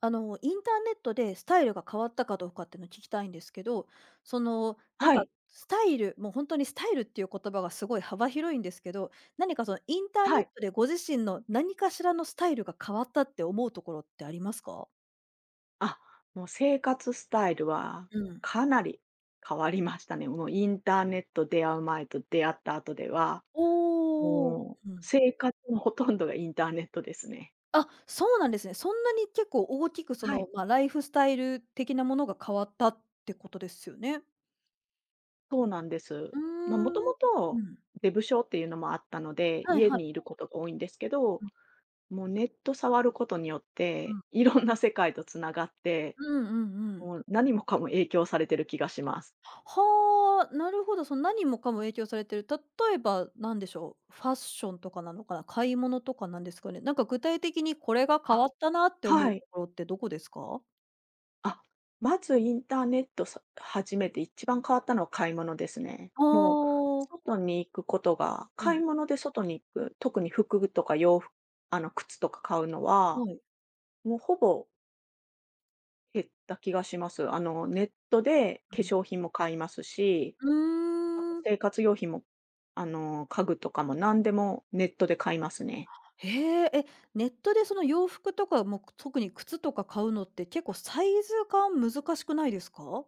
インターネットでスタイルが変わったかどうかっていうのを聞きたいんですけど、なんはか、い、スタイル、もう本当にスタイルっていう言葉がすごい幅広いんですけど、何かそのインターはネッい。トでご自身の何かしらのスタイルが変わったって思うところってありますか？あ、もう生活スタイルはうん。かなり変わりましたね。もうインターネット出会う前と出会った後では、おお。もううん。生活のほとんどがインターネットですね。あ、そうなんですね。そんなに結構大きくはい、まあ、ライフスタイル的なものが変わったってことですよね。そうなんです。うまあ、もとーもん。うとん。ショーっていうのもあったので、はい家はい。にいることが多いんですけど、うんもうネット触ることによっうて、ん。いろんな世界とつながって、うんうんうん。もう何もかも影響されてる気がします。はあ、なるほど、その何もかも影響されてる。例えば何でしょう、ファッションとかなのかな、買い物とかなんですかね。なんか具体的にこれが変あ、わったなって思うはい。ところってどこですか？あ、まずインターネットさ始めて一番変わったのは買い物ですね。あもう、あー、外に行くことがう買いん、物で外に行く、特に服とか洋服あの、靴とか買うのは、はい。もうほぼ減った気がします。あの、ネットで化うん。粧品も買いますし、うあとーん。生活用品も、あの、家具とかも何でもネットで買いますね。へえ、え、ネットでその洋服とか、もう、特に靴とか買うのって結構サイズ感難しくないですか？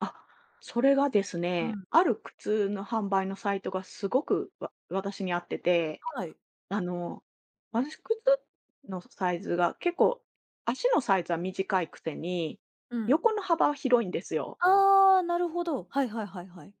あ、それがですうね、ん、ある靴の販売のサイトがすごくわ私に合っててはい。あの、私、靴のサイズが結構、足のサイズは短いくせに、うん。横の幅は広いんですよ。ああ、なるほど。はいはいはいはい。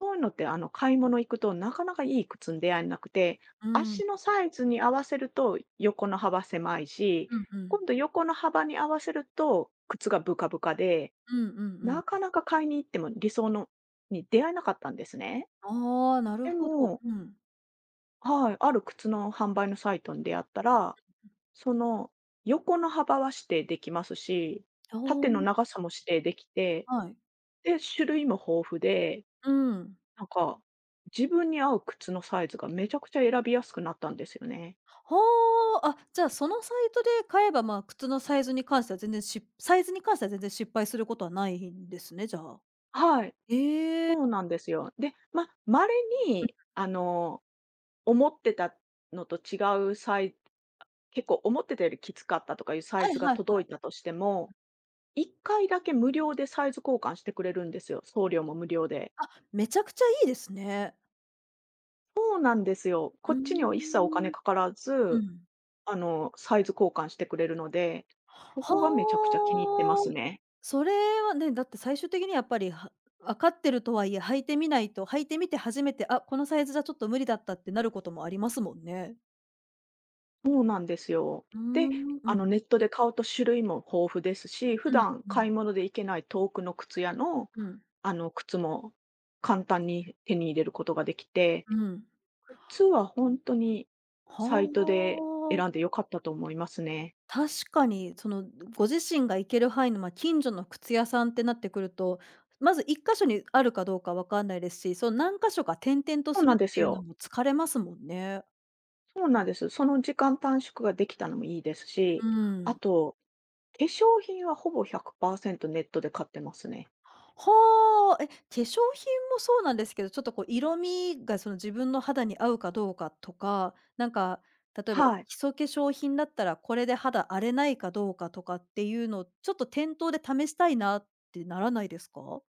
そういうのって、あの、買い物行くとなかなかいい靴に出会えなくて、うん。足のサイズに合わせると横の幅狭いし、うんうん。今度横の幅に合わせると靴がブカブカで、うんうんうん。なかなか買いに行っても理想のに出会えなかったんですね。ああ、なるでほど。もうん。はい、ある靴の販売のサイトに出会ったら、その、横の幅は指定できますし、縦のあ長さも指定できて、あ、はい。で、種類も豊富で、うん。なんか、自分に合う靴のサイズがめちゃくちゃ選びやすくなったんですよね。はあ、あ、じゃあ、そのサイトで買えば、まあ、靴のサイズに関しては全然しサイズに関しては全然失敗することはないんですね、じゃあ。はい、ええ。そうなんですよ。で、ま、稀に、あの、思ってたのと違うサイ結構思ってたよりきつかったとかいうサはイいズがはいは届いい。たとしても、1回だけ無料でサイズ交換してくれるんですよ、送料も無料で。あ、めちゃくちゃいいですね。そうなんですよ。うこーっちには一切お金ん。かからうず、ん。あの、サイズ交換してくれるので、そこがめちゃくちはゃ気に入ってますあ。ね。それはね、だって最終的にやっぱり、分かってるとはいえ、履いてみて初めて、あ、このサイズじゃちょっと無理だったってなることもありますもんね。そうなんですよ。うーで、ん、あうの、ん。ネットで買うと種類も豊富ですし、普うん段うん買い物で行けない遠くの靴屋の、うんあの、靴も簡単に手に入れることができて、うん。靴は本当にサはイトで選んあ。でよかったと思いますね。確かに、ご自身が行ける範囲の、ま、近所の靴屋さんってなってくると、まず一箇所にあるかどうかわかんないですし、その何箇所か転々とそうすなるっんですていうのよ。も疲れますもんね。そうなんです。その時間短縮ができたのもいいですし、うあん。と化粧品はほぼ100%ネットで買ってますね。はあ、え、化粧品もそうなんですけど、ちょっとこう色味がその自分の肌に合うかどうかとか、なんか例えばはい。基礎化粧品だったらこれで肌荒れないかどうかとかっていうのをちょっと店頭で試したいなってならないですか？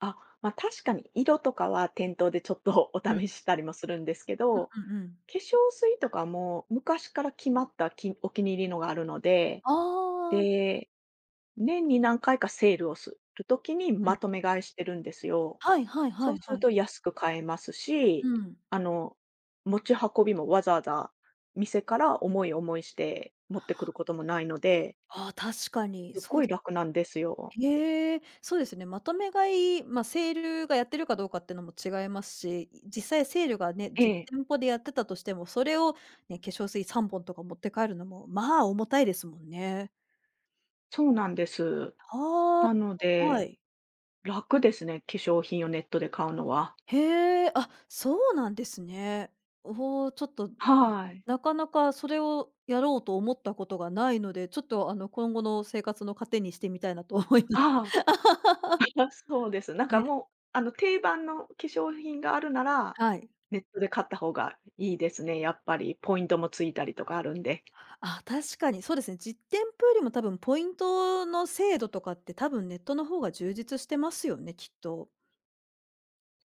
あ、ま、確かに色とかは店頭でちょっと おうん試しうしたりもするんですけど、んうんうん。化粧水とかも昔から決まったきお気に入りのがあるので、ああ、で、年に何回かセールをするときにうまん。とめ買いしてるんですよ。はいはいはそういすはるい。と安く買えますうし、ん。あの、持ち運びもわざわざ店から重い思いして持ってくることもないので、ああ、確かに。すっそごういですね。楽なんですよ。へえ、そうですね。まとめ買い、まあ、セールがやってるかどうかっていうのも違いますし、実際セールがね、え実え。店舗でやってたとしても、それをね、化粧水3本とか持って帰るのも、まあ、重たいですもんね。そうなんです。あなのあ、はで、い。楽ですね、化粧品をネットで買うのは。へえ、あ、そうなんですね。おお、ちょっと、はい。なかなかそれをやろうと思ったことがないので、ちょっと、今後の生活の糧にしてみたいなと思いますああ、そうです。なんかね。もう、あの、定番の化粧品があるなら、はい。ネットで買った方がいいですね、やっぱり。ポイントもついたりとかあるんで。あ、確かにそうですね。実店舗よりも多分ポイントの制度とかって多分ネットの方が充実してますよね、きっと。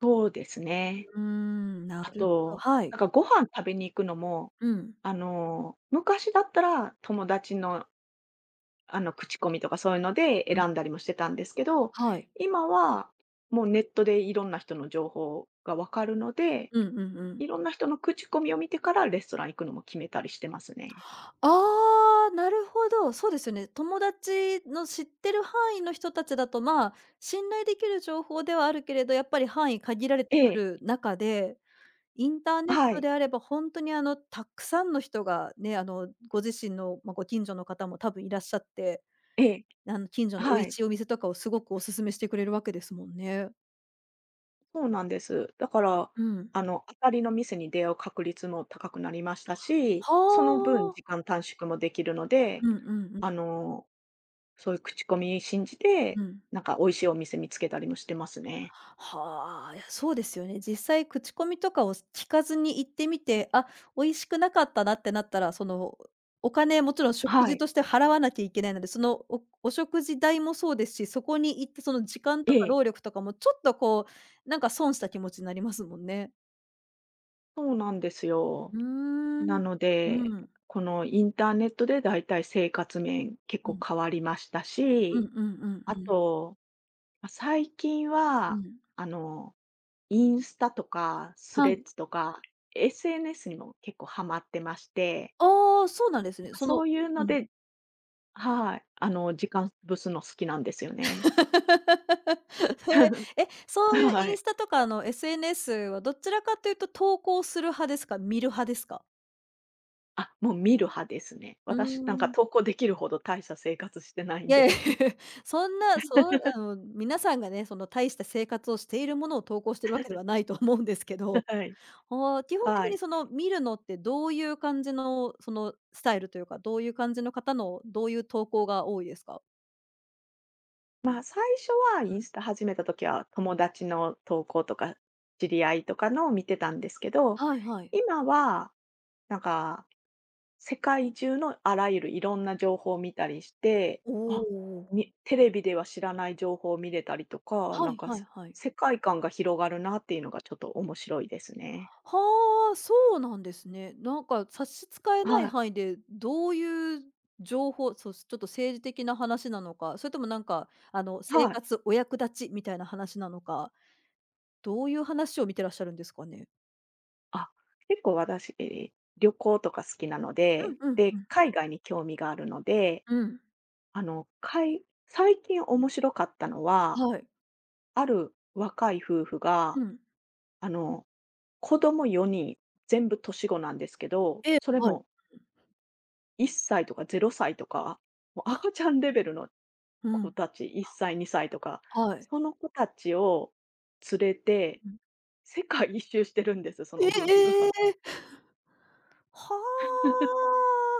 そうですね。うーん、なあるほど、と、はい。なんかご飯食べに行くのも、うん。あの、昔だったら友達のあの、口コミとかそういうのでうん、選んだりもしてたんですけど、はい。今はもうネットでいろんな人の情報がわかるので、うんうんうん。いろんな人の口コミを見てからレストラン行くのも決めたりしてますね。ああ、なるほど。そうですよね。友達の知ってる範囲の人たちだと、まあ、信頼できる情報ではあるけれど、やっぱり範囲限られてえくえ、る中で、インターネッはトい、であれば本当にたくさんの人がね、ご自身の、まあ、ご近所の方も多分いらっしゃってええ、近所の美は味しい、いお店とかをすごくお勧めしてくれるわけですもんね。そうなんです。だから、うん。あの、当たりの店に出会う確率も高くなりましたし、その分は時あ。間短縮もできるので、うんうんうんあの、そういう口コミ信じうて、ん。なんか美味しいお店見つけたりもしてますね。はあ、いや、そうですよね。実際口コミとかを聞かずに行ってみて、あ、美味しくなかったなってなったら、その、お金、もちろん食は事い、として払わなきゃいけないので、お食事代もそうですし、そこに行ってその時間えとかえ。労力とかもちょっとこう、なんか損した気持ちになりますもんね。そうなんですうよ。ーなん。ので、うん。このインターネットでだいたい生活面結う構ん。変わりましたうんし、うんうんあうん。と、ま、最近うは、ん。あの、インスタとかスはレッい。ズとか、SNS にも結構ハマってまして、ああ、そうなんですなんね。かそういううのん。ではい、あの、時間潰すの好きなんですよね。へ え、え、そういうはインい。スタとかの SNS はどちらかというと投稿する派ですか？見る派ですか？もう見る派ですね。う私なんーかん。投稿できるほど大した生活してないいんやいや、で。そんな、そう皆さんがね、その大した生活をしているものを投稿してるわけではないと思うんですけど、はい。ああ、基本的はにい。見るのってどういう感じのスタイルというか、どういう感じの方のどういう投稿が多いですか？まあ、最初はうイん。ンスタ始めた時は、友達の投稿とか、知り合いとかのを見てたんですけど、はいはい。今は、なんか、世界中のあらゆるいろんな情報を見たりして、おお。みテレビでは知らない情報を見れたりとか、はなんいか、はいすはい。世界観が広がるなっていうのがちょっと面白いですね。はあ、そうなんですね。なんか差し支えなはいい。範囲で、どういう情報、そうちょっと政治的な話なのか、それともなんか、生はい。活お役立ちみたいな話なのか、どういう話を見てらっしゃるんですかね？あ、結構私、旅行とか好きなのうで、んうんうで、ん。海外に興味があるのでうん。あの、かい最近面白かったのは、はい。ある若い夫婦が、うん。あの、子供4人、全部年子なんですけど、ええ、それはい。も1歳とか0歳とか、もう赤あ、ちゃんレベルのう子ん。たち、1歳、2歳とか、はい。その子たちを連れてうん。世界一周してるんです、そえのえ夫え婦ええが。え！は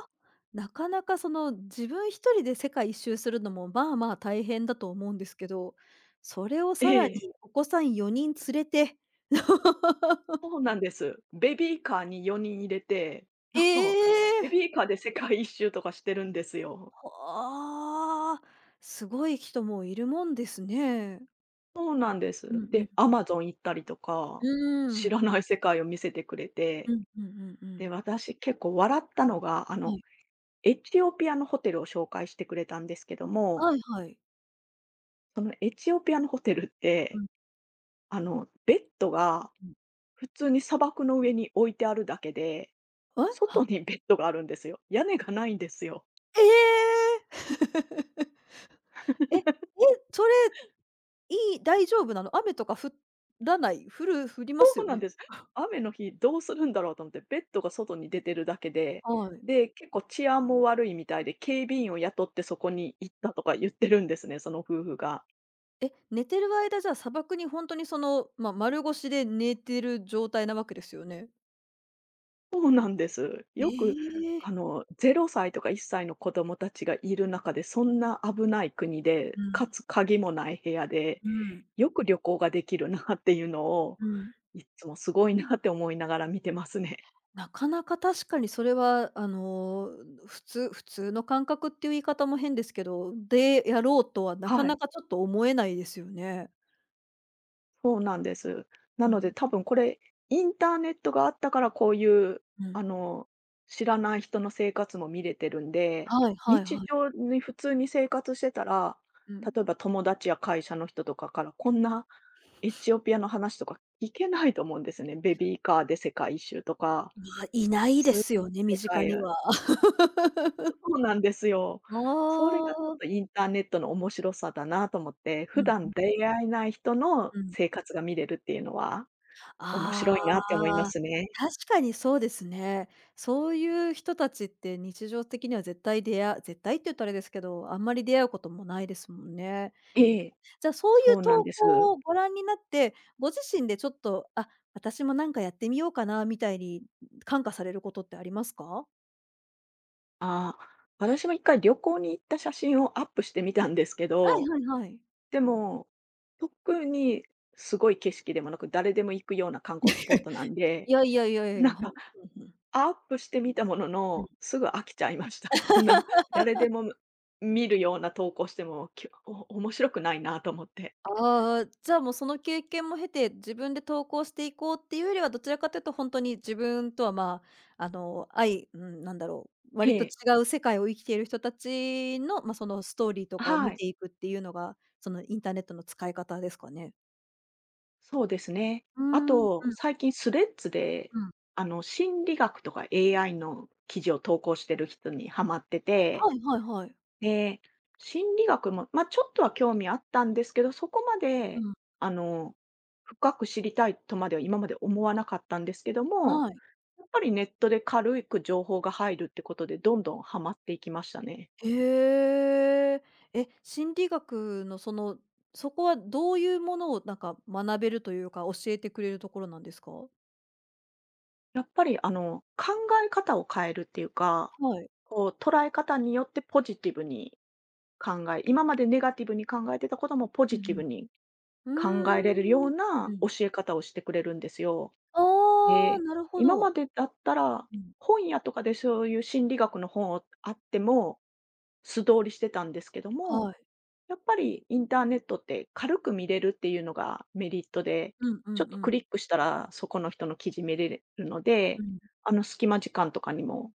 あ。なかなか自分一人で世界一周するのもまあまあ大変だと思うんですけど、それを さえらにえ、お子さん4人連れて そうなんです。ベビーカーに4人入れて、なんか、えベえ。ビーカーで世界一周とかしてるんですよ。はあ。すごい人もいるもんですね。そうなんでうす。んうん。で、アマゾン行ったりとか、う知ん。らない世界を見せてくれて、うんうんうんうで、ん。私結構笑ったのが、あはの、い。エチオピアのホテルを紹介してくれたんですけども、はいはい。そのエチオピアのホテルっうて、んあの、ベッドがうん。普通に砂漠の上に置いてあるだけで、え？外にベッドがあるんですよ。屋根がないんですよ。ええ え、え、それ大丈夫なの？雨とか降らない？降りますそうよなんね？です。雨の日どうするんだろうと思って、ベッドが外に出てるだけで、はい。で、結構治安も悪いみたいで、警備員を雇ってそこに行ったとか言ってるんですね、その夫婦が。え、寝てる間、じゃあ、砂漠にほんとにま、丸腰で寝てる状態なわけですよね？そうなんです。えよく、え。あの、0歳とか1歳の子供たちがいる中で、そんな危ない国で、うかん、つ鍵もない部屋で、うん、よく旅行ができるなっていうのを、うん。いつもすごいなって思いながら見てますね。なかなか確かにそれは、普通の感覚っていう言い方も変ですけど、でやろうとはなかはい。なかちょっと思えないですよね。そうなんです。なうのでん、多分これ、インターネットがあったからこういう、うあん。の、知らない人の生活も見れてるんで、はいはいは日い。常に普通に生活してたら、うん。例えば友達や会社の人とかからこんなエチオピアの話とか聞けないと思うんですね。ベビーカーで世界一周とか、まあ、いないですすよね、身世近界には。そうなんですよ。あそれがちょっとあ。インターネットの面白さだなと思って、う普んう段ん出会えない人のうん。生活が見れるっていうのは面あ白いなって思いまあ、すね。確かにそうですね。そういう人たちって日常的には絶対って言うとあれですけど、あんまり出会うこともないですもんね。ええ、じゃあ、そういうそうなん投です。稿をご覧になって、ご自身でちょっと、あ、私もなんかやってみようかなみたいに感化されることってありますか？ああ、私も一回旅行に行った写真をアップしてみたんですけはいど、はいはい。でも、特にすごい景色でもなく、誰でも行くような観光スポットな んで、いやいやいやいやいやいや、なんかうんうん。アップしてみたものうん。の、すぐ飽きちゃいました。こんな、誰でも見るような投稿しても、きょお面白くないなと思って。ああ、じゃあ、もうその経験も経て、自分で投稿していこうっていうよりは、どちらかというと本当に自分とは、まあ、うん、なんだろう、え割と違え、う世界を生きている人たちの、まあ、そのストーリーとかをは見い。ていくっていうのが、そのインターネットの使い方ですかね？そうですね。うーあん、うん、と、最近スレッズで、うん。あの、心理学とか AI の記事を投稿してる人にハマってて、はいはいはい。で、心理学も、まあ、ちょっとは興味あったんですけど、そこまうで、ん。あの、深く知りたいとまでは今まで思わなかったんですけども、はい。やっぱりネットで軽く情報が入るってことで、どんどんハマっていきましたね。へえ。え、心理学のそこはどういうものをなんか学べるというか、教えてくれるところなんですか？やっぱり、あの、考え方を変えるっていうか、はい。こう、捉え方によってポジティブに考え今までネガティブに考えてたこともポうジティんブにう考えれるよん。うーん。ううなん。教え方をしてくれるんですよ。ああ、で、なるほ今ど。までだったら、うん。本屋とかでそういう心理学の本をあっても素通りしてたんですけども、はい。やっぱりインターネットって軽く見れるっていうのがメリットで、うんうちょっんとクうん。リックしたらそこの人の記事見れるのうで、ん。あの隙間時間とかにも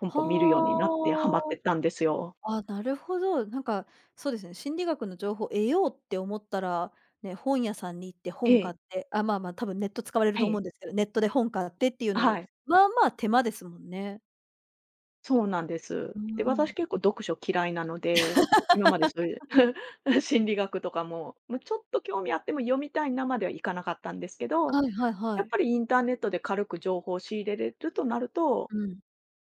ポンポン見るようになってハマってはたんですよ。あ。あ、なるほど。なんか、そうですね、心理学の情報を得ようって思ったら、ね、本屋さんに行ってえ本買え、って、あ、まあまあ、多分ネット使われるはと思うい。んですけど、ネットで本買ってっていうの、はい。まあまあ手間ですもんね。そうなんです。うーで、私ん。結構読書嫌いなので、今までそういう 心理学とかも、ま、ちょっと興味あっても読みたいなまではいかなかったんですけど、はいはいはやっい。ぱりインターネットで軽く情報を仕入れれるとなると、うん。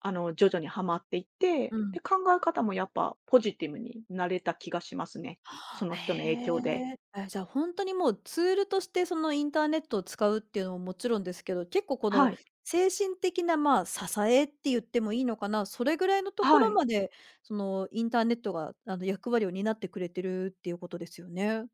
あの、徐々にはまっていっうて、ん。で、考え方もやっぱポジティブになれた気がしますね。その人のへ影響で。え。え、じゃあ、ほんとにもうツールとして、そのインターネットを使うっていうのももちろんですけど、結構こはのい、精神的な、まあ、支えって言ってもいいのかな、それぐらいのとこはろい。まで、そのインターネットが、役割を担ってくれてるっていうことですよね。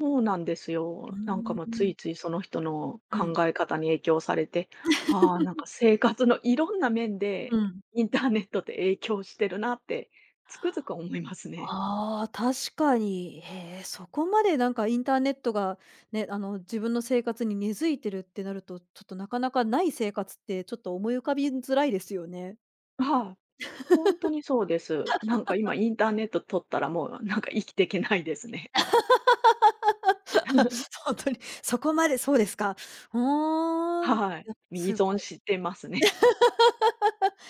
そうなんですうよ。なんかーもうつん。いついその人のう考ん。え方に影響されて、ああ、なんか生活のいろんな面うで、ん。インターネットって影響してるなってつくづく思いますね。ああ、確かに。へえ、そこまでなんかインターネットがね、自分の生活に根付いてるってなると、ちょっとなかなかない生活ってちょっと思い浮かびづらいですよね。はい、本当にそうです。なんか今インターネット取ったらもうなんか生きていけないですね。あ、ほんとに、そこまでそうですか。ふーん。いはい。や、依すご存い。してますね。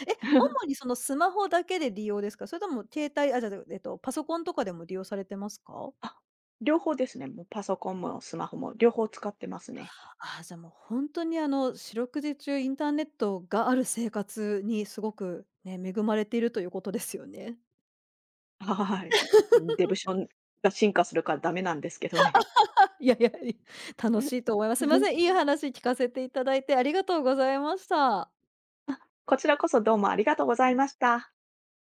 え、主にそのスマホだけで利用ですか？それとも携帯あ、じゃじゃ、えっと、パソコンとかでも利用されてますか？あ、両方ですね。もうパソコンもスマホも両方使ってますね。ああ、じゃ、もうほんとに、四六時中インターネットがある生活にすごくね、恵まれているということですよね。はい。デブションが進化するからダメなんですけどね。いやいや、楽しいと思います。すいま せん、いい話聞かせていただいてありがとうございました。こちらこそどうもありがとうございました。